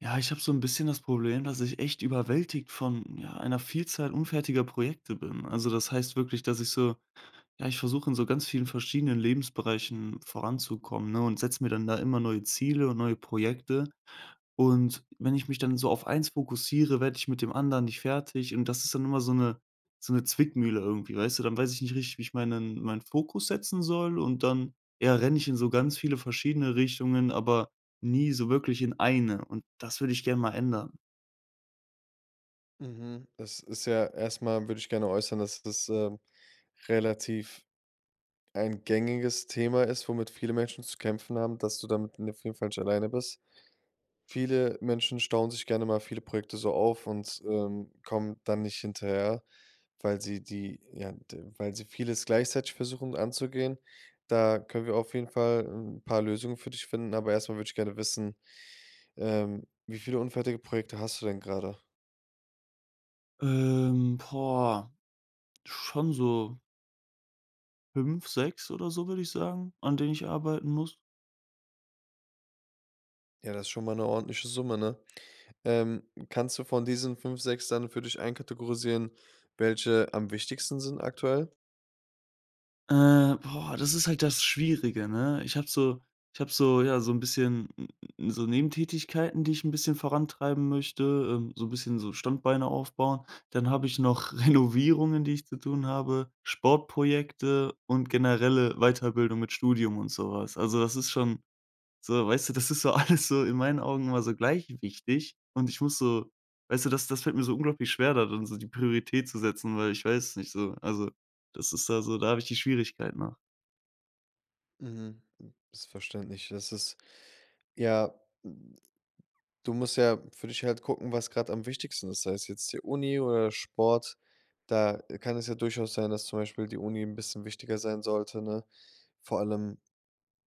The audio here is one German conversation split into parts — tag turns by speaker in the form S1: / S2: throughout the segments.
S1: Ja, ich habe so ein bisschen das Problem, dass ich echt überwältigt von, ja, einer Vielzahl unfertiger Projekte bin. Also, das heißt wirklich, dass ich so ja, ich versuche in so ganz vielen verschiedenen Lebensbereichen voranzukommen, ne, und setze mir dann da immer neue Ziele und neue Projekte. Und wenn ich mich dann so auf eins fokussiere, werde ich mit dem anderen nicht fertig und das ist dann immer so eine Zwickmühle irgendwie, weißt du? Dann weiß ich nicht richtig, wie ich meinen Fokus setzen soll und dann, ja, renne ich in so ganz viele verschiedene Richtungen, aber nie so wirklich in eine und das würde ich gerne mal ändern.
S2: Mhm. Es ist ja erstmal würde ich gerne äußern, dass das, relativ ein gängiges Thema ist, womit viele Menschen zu kämpfen haben, dass du damit auf jeden Fall nicht alleine bist. Viele Menschen stauen sich gerne mal viele Projekte so auf und, kommen dann nicht hinterher, weil sie die ja, d weil sie vieles gleichzeitig versuchen anzugehen. Da können wir auf jeden Fall ein paar Lösungen für dich finden, aber erstmal würde ich gerne wissen, wie viele unfertige Projekte hast du denn gerade?
S1: Boah, schon so 5, 6 oder so, würde ich sagen, an denen ich arbeiten muss.
S2: Ja, das ist schon mal eine ordentliche Summe, ne? Ähm, Kannst du von diesen 5, 6 dann für dich einkategorisieren, welche am wichtigsten sind aktuell?
S1: Boah, das ist halt das Schwierige, ne? Ich habe so ja, so ein bisschen n n so Nebentätigkeiten, die ich ein bisschen vorantreiben möchte, so ein bisschen so Standbeine aufbauen. Dann habe ich noch Renovierungen, die ich zu tun habe, Sportprojekte und generelle Weiterbildung mit Studium und sowas. Also, das ist schon so, weißt du, das ist so alles so in meinen Augen immer so gleich wichtig und ich muss so weißt du, das fällt mir so unglaublich schwer, da dann so die Priorität zu setzen, weil ich weiß es nicht so. Also, das ist da so da habe ich die Schwierigkeit nach.
S2: Mhm. Ist verständlich. Das ist ja, hm, du musst ja für dich halt gucken, was gerade am wichtigsten ist, sei es jetzt die Uni oder Sport. Da kann es ja durchaus sein, dass zum Beispiel die Uni ein bisschen wichtiger sein sollte, ne? Vor allem,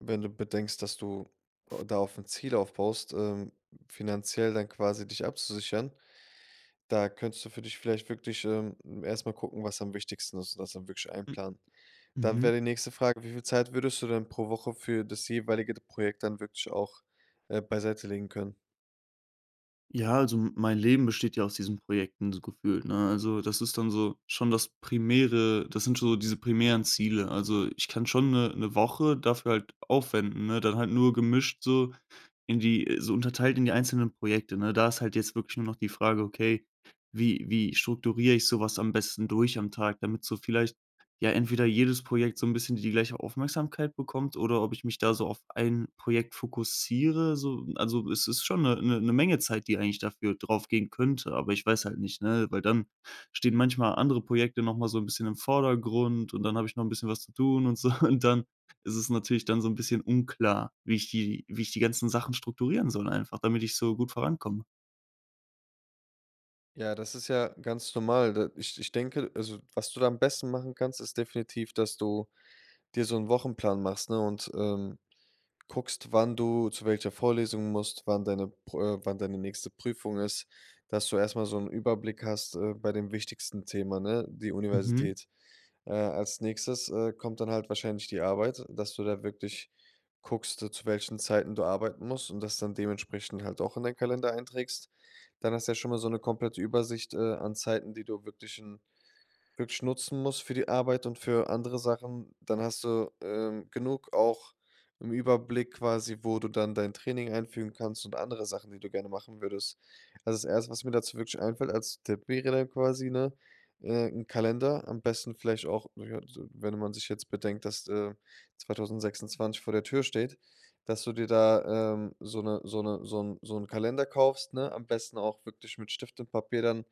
S2: wenn du bedenkst, dass du, da auf ein Ziel aufbaust, finanziell dann quasi dich abzusichern. Da könntest du für dich vielleicht wirklich, erst mal gucken, was am wichtigsten ist und das dann wirklich
S1: M
S2: einplanen. Dann
S1: mhm.
S2: wäre die nächste Frage: Wie viel Zeit würdest du denn pro Woche für das jeweilige Projekt dann wirklich auch, beiseite legen können?
S1: Ja, also, mein Leben besteht ja aus diesen Projekten so gefühlt, ne? Also, das ist dann so schon das primäre das sind schon so diese primären Ziele. Also, ich kann schon eine Woche dafür halt aufwenden, ne? Dann halt nur gemischt so in die so unterteilt in die einzelnen Projekte, ne? Da ist halt jetzt wirklich nur noch die Frage: „Okay, wie strukturiere ich so was am besten durch am Tag, damit so vielleicht, ja, entweder jedes Projekt so ein bisschen die gleiche Aufmerksamkeit bekommt oder ob ich mich da so auf ein Projekt fokussiere?“ So also, es ist schon eine 'ne Menge Zeit, die eigentlich dafür draufgehen könnte, aber ich weiß halt nicht, ne? Weil dann stehen manchmal andere Projekte noch mal so ein bisschen im Vordergrund und dann habe ich noch ein bisschen was zu tun und so und dann ist es natürlich dann so ein bisschen unklar, wie ich die ganzen Sachen strukturieren soll einfach, damit ich so gut vorankomme.
S2: Ja, das ist ja ganz normal. Da ich ich denke also, was du da am besten machen kannst, ist definitiv, dass du dir so einen Wochenplan machst, ne, und, guckst, wann du zu welcher Vorlesung musst, wann deine Pro wann deine nächste Prüfung ist, dass du erst mal so einen Überblick hast, bei dem wichtigsten Thema, ne, die
S1: Mhm.
S2: Universität. Als nächstes, kommt dann halt wahrscheinlich die Arbeit, dass du da wirklich guckst, zu welchen Zeiten du arbeiten musst und das dann dementsprechend halt auch in deinen Kalender einträgst. Dann hast du ja schon mal so eine komplette Übersicht, an Zeiten, die du wirklich nutzen musst für die Arbeit und für andere Sachen, dann hast du, genug auch im Überblick quasi, wo du dann dein Training einfügen kannst und andere Sachen, die du gerne machen würdest. Also, das Erste., was mir dazu wirklich einfällt als Tipp wäre dann quasi, ne, 'n Kalender, am besten vielleicht auch, ja, so wenn man sich jetzt bedenkt, dass, 2026 vor der Tür steht, dass du dir da, so eine so eine so ein so 'n Kalender kaufst, ne? Am besten auch wirklich mit Stift und Papier dann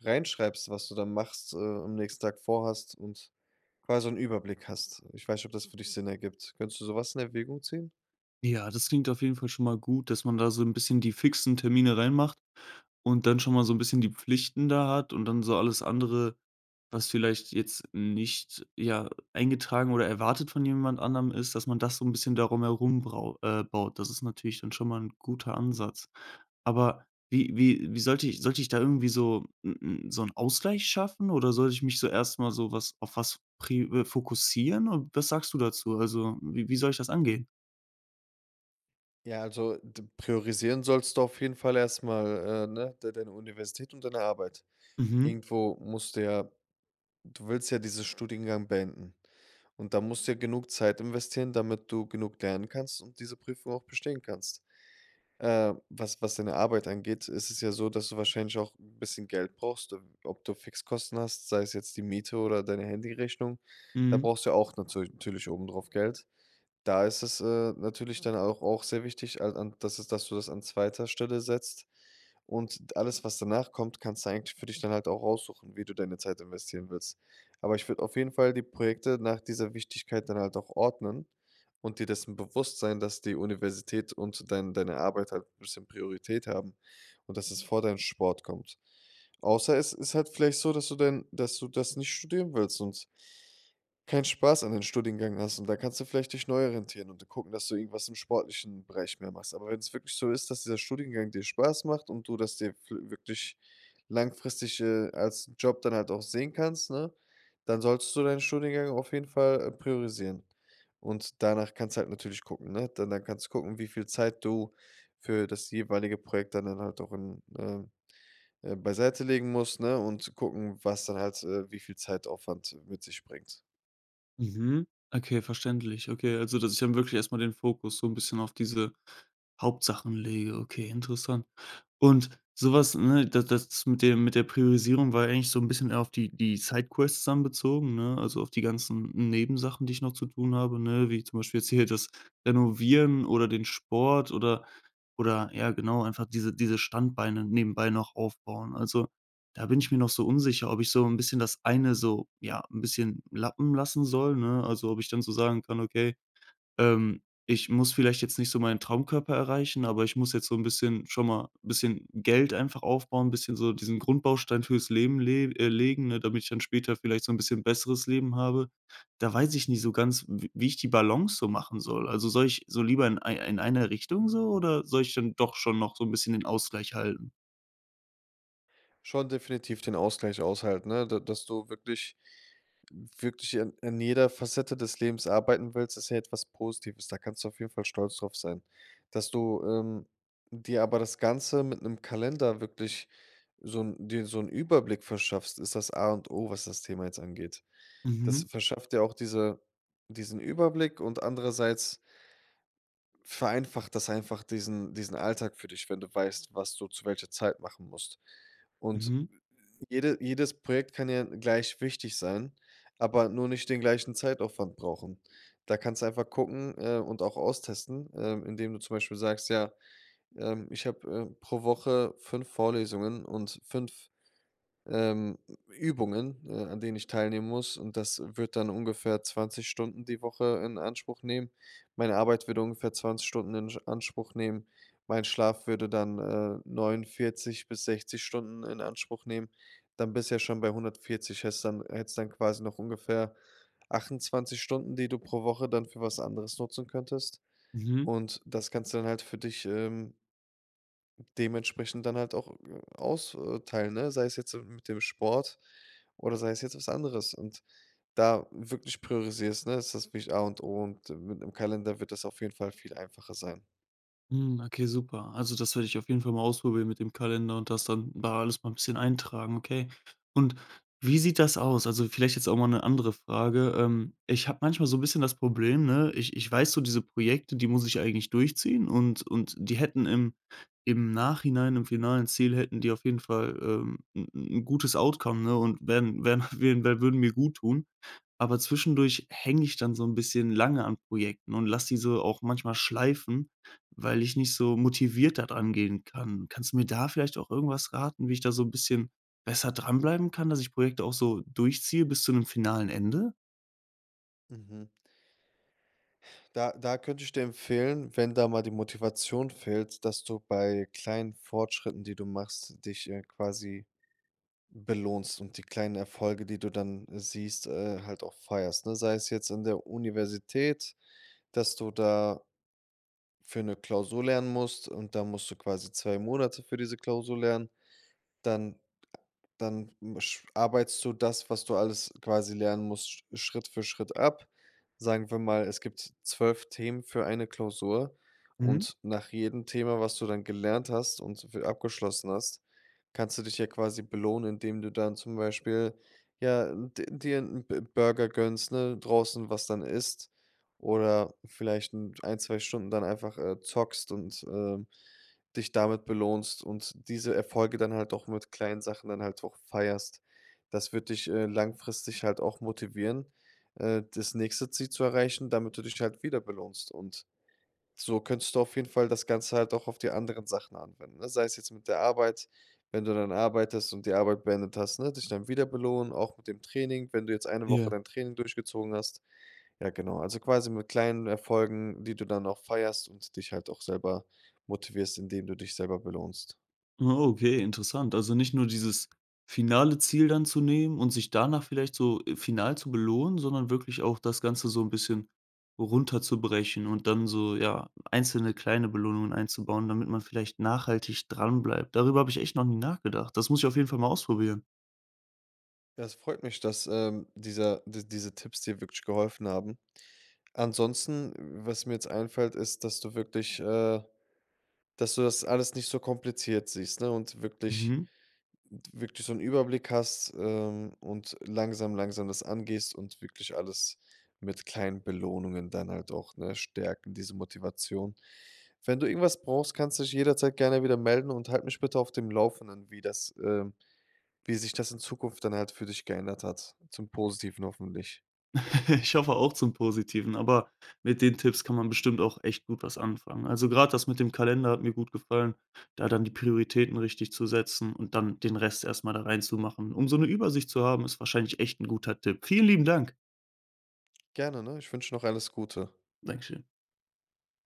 S2: reinschreibst, was du dann machst, am nächsten Tag vorhast und quasi so 'n Überblick hast. Ich weiß nicht, ob das für dich Sinn ergibt. Könntest du so was in Erwägung ziehen?
S1: Ja, das klingt auf jeden Fall schon mal gut, dass man da so ein bisschen die fixen Termine reinmacht. Und dann schon mal so ein bisschen die Pflichten da hat und dann so alles andere, was vielleicht jetzt nicht, ja, eingetragen oder erwartet von jemand anderem ist, dass man das so ein bisschen darum herum brau baut. Das ist natürlich dann schon mal ein guter Ansatz. Aber wie sollte ich da irgendwie so 'n so einen Ausgleich schaffen oder sollte ich mich so erst mal so was auf was pri fokussieren? Und was sagst du dazu? Also, wie soll ich das angehen?
S2: Ja, also, d priorisieren sollst du auf jeden Fall erstmal, ne, de deine Universität und deine Arbeit.
S1: Mhm,
S2: Irgendwo musst du ja Du willst ja diesen Studiengang beenden. Und da musst du ja genug Zeit investieren, damit du genug lernen kannst und diese Prüfung auch bestehen kannst. Was deine Arbeit angeht, ist es ja so, dass du wahrscheinlich auch ein bisschen Geld brauchst, ob du Fixkosten hast, sei es jetzt die Miete oder deine Handyrechnung. Da
S1: mhm.
S2: brauchst du ja auch natürlich obendrauf Geld. Da ist es, natürlich dann auch sehr wichtig, al an dass es dass du das an zweiter Stelle setzt und alles, was danach kommt, kannst du eigentlich für dich dann halt auch raussuchen, wie du deine Zeit investieren willst. Aber ich würde auf jeden Fall die Projekte nach dieser Wichtigkeit dann halt auch ordnen und dir dessen bewusst sein, dass die Universität und deine Arbeit halt ein bisschen Priorität haben und dass es vor deinen Sport kommt. Außer es ist halt vielleicht so, dass du das nicht studieren willst und keinen Spaß an den Studiengang hast und da kannst du vielleicht dich neu orientieren und gucken, dass du irgendwas im sportlichen Bereich mehr machst. Aber wenn es wirklich so ist, dass dieser Studiengang dir Spaß macht und du das dir fü wirklich langfristig, als Job dann halt auch sehen kannst, ne, dann solltest du deinen Studiengang auf jeden Fall, priorisieren. Und danach kannst du halt natürlich gucken, ne? Dann kannst du gucken, wie viel Zeit du für das jeweilige Projekt dann halt auch in beiseitelegen musst, ne, und gucken, was dann halt, wie viel Zeitaufwand mit sich bringt.
S1: Mhm. Okay, verständlich. Okay, also, dass ich dann wirklich erst mal den Fokus so ein bisschen auf diese Hauptsachen lege. Okay, interessant. Und sowas, ne, da das mit dem mit der Priorisierung war eigentlich so ein bisschen eher auf die Sidequests dann bezogen, ne? Also, auf die ganzen Nebensachen, die ich noch zu tun habe, ne, wie zum Beispiel jetzt hier das Renovieren oder den Sport oder ja, genau, einfach diese Standbeine nebenbei noch aufbauen. Also da bin ich mir noch so unsicher, ob ich so ein bisschen das eine so, ja, ein bisschen lappen lassen soll, ne? Also, ob ich dann so sagen kann: „Okay, ich muss vielleicht jetzt nicht so meinen Traumkörper erreichen, aber ich muss jetzt so ein bisschen schon mal ein bisschen Geld einfach aufbauen, ein bisschen so diesen Grundbaustein fürs Leben le legen, ne, damit ich dann später vielleicht so ein bisschen besseres Leben habe.“ Da weiß ich nicht so ganz, w wie ich die Balance so machen soll. Also, soll ich so lieber in ei in einer Richtung so oder soll ich dann doch schon noch so ein bisschen den Ausgleich halten?
S2: Schon definitiv den Ausgleich aushalten, ne? Da dass du wirklich an jeder Facette des Lebens arbeiten willst, ist ja etwas Positives. Da kannst du auf jeden Fall stolz drauf sein. Dass du, dir aber das Ganze mit einem Kalender wirklich so 'n dir so 'n Überblick verschaffst, ist das A und O, was das Thema jetzt angeht.
S1: Mhm,
S2: Das verschafft dir auch diesen Überblick und andererseits vereinfacht das einfach diesen Alltag für dich, wenn du weißt, was du zu welcher Zeit machen musst. Und
S1: mhm,
S2: jedes Projekt kann ja gleich wichtig sein, aber nur nicht den gleichen Zeitaufwand brauchen. Da kannst du einfach gucken, und auch austesten, indem du zum Beispiel sagst: „Ja, ich habe, pro Woche 5 Vorlesungen und 5 ähm, Übungen, an denen ich teilnehmen muss und das wird dann ungefähr 20 Stunden die Woche in Anspruch nehmen. Meine Arbeit würde ungefähr 20 Stunden Anspruch nehmen. Mein Schlaf würde dann 49 bis 60 Stunden in Anspruch nehmen. Dann bist du ja schon bei 140, hättest dann quasi noch ungefähr 28 Stunden, die du pro Woche dann für was anderes nutzen könntest.
S1: mhm.
S2: Und das kannst du dann halt für dich dementsprechend dann halt auch, aus ne? Sei es jetzt, mit dem Sport oder sei es jetzt was anderes und da wirklich priorisierst, ne, ist das wirklich A und O und mit 'nem Kalender wird das auf jeden Fall viel einfacher sein.
S1: Hm, okay, super. Also, das werde ich auf jeden Fall mal ausprobieren mit dem Kalender und das dann da alles mal 'n bisschen eintragen, okay. Und wie sieht das aus? Also, vielleicht jetzt auch mal eine andere Frage. Ich habe manchmal so ein bisschen das Problem, ne, ich weiß so, diese Projekte, die muss ich eigentlich durchziehen und die hätten im im Nachhinein, im finalen Ziel hätten die auf jeden Fall, 'n 'n gutes Outcome, ne, und wären wären wär würden mir guttun. Aber zwischendurch hänge ich dann so ein bisschen lange an Projekten und lasse die so auch manchmal schleifen, weil ich nicht so motiviert da dran gehen kann. Kannst du mir da vielleicht auch irgendwas raten, wie ich da so ein bisschen besser dranbleiben kann, dass ich Projekte auch so durchziehe bis zu einem finalen Ende?
S2: Mhm. Da könnte ich dir empfehlen, wenn da mal die Motivation fehlt, dass du bei kleinen Fortschritten, die du machst, dich, quasi belohnst und die kleinen Erfolge, die du dann siehst, halt auch feierst, ne? Sei es jetzt in der Universität, dass du da für eine Klausur lernen musst und da musst du quasi 2 Monate für diese Klausur lernen, dann dann sch arbeitest du das, was du alles quasi lernen musst, Schritt für Schritt ab. Sagen wir mal, es gibt 12 Themen für eine Klausur
S1: Mhm.
S2: und nach jedem Thema, was du dann gelernt hast und w abgeschlossen hast, kannst du dich ja quasi belohnen, indem du dann zum Beispiel, ja, d dir einen B Burger gönnst, ne, draußen was dann isst oder vielleicht 1, 2 Stunden dann einfach, zockst und, dich damit belohnst und diese Erfolge dann halt auch mit kleinen Sachen dann halt auch feierst. Das wird dich, langfristig halt auch motivieren, das nächste Ziel zu erreichen, damit du dich halt wieder belohnst. Und so könntest du auf jeden Fall das Ganze halt auch auf die anderen Sachen anwenden, ne? Sei es jetzt mit der Arbeit, wenn du dann arbeitest und die Arbeit beendet hast, ne, dich dann wieder belohnen, auch mit dem Training, wenn du jetzt eine Woche
S1: Ja.
S2: dein Training durchgezogen hast. Ja, genau. Also quasi mit kleinen Erfolgen, die du dann auch feierst und dich halt auch selber motivierst, indem du dich selber belohnst.
S1: Ah, okay, interessant. Also nicht nur dieses finale Ziel dann zu nehmen und sich danach vielleicht so, final zu belohnen, sondern wirklich auch das Ganze so ein bisschen runterzubrechen und dann so, ja, einzelne kleine Belohnungen einzubauen, damit man vielleicht nachhaltig dranbleibt. Darüber habe ich echt noch nie nachgedacht. Das muss ich auf jeden Fall mal ausprobieren.
S2: Ja, es freut mich, dass diese Tipps dir wirklich geholfen haben. Ansonsten, was mir jetzt einfällt, ist, dass du das alles nicht so kompliziert siehst, ne? Und wirklich
S1: Mhm.
S2: wirklich so einen Überblick hast, und langsam, langsam das angehst und wirklich alles mit kleinen Belohnungen dann halt auch, ne, stärken, diese Motivation. Wenn du irgendwas brauchst, kannst du dich jederzeit gerne wieder melden und halt mich bitte auf dem Laufenden, wie sich das in Zukunft dann halt für dich geändert hat, zum Positiven hoffentlich.
S1: Ich hoffe auch zum Positiven, aber mit den Tipps kann man bestimmt auch echt gut was anfangen. Also gerade das mit dem Kalender hat mir gut gefallen, da dann die Prioritäten richtig zu setzen und dann den Rest erst mal da reinzumachen. Um so eine Übersicht zu haben, ist wahrscheinlich echt ein guter Tipp. Vielen lieben Dank.
S2: Gerne, ne? Ich wünsche noch alles Gute.
S1: Dankeschön.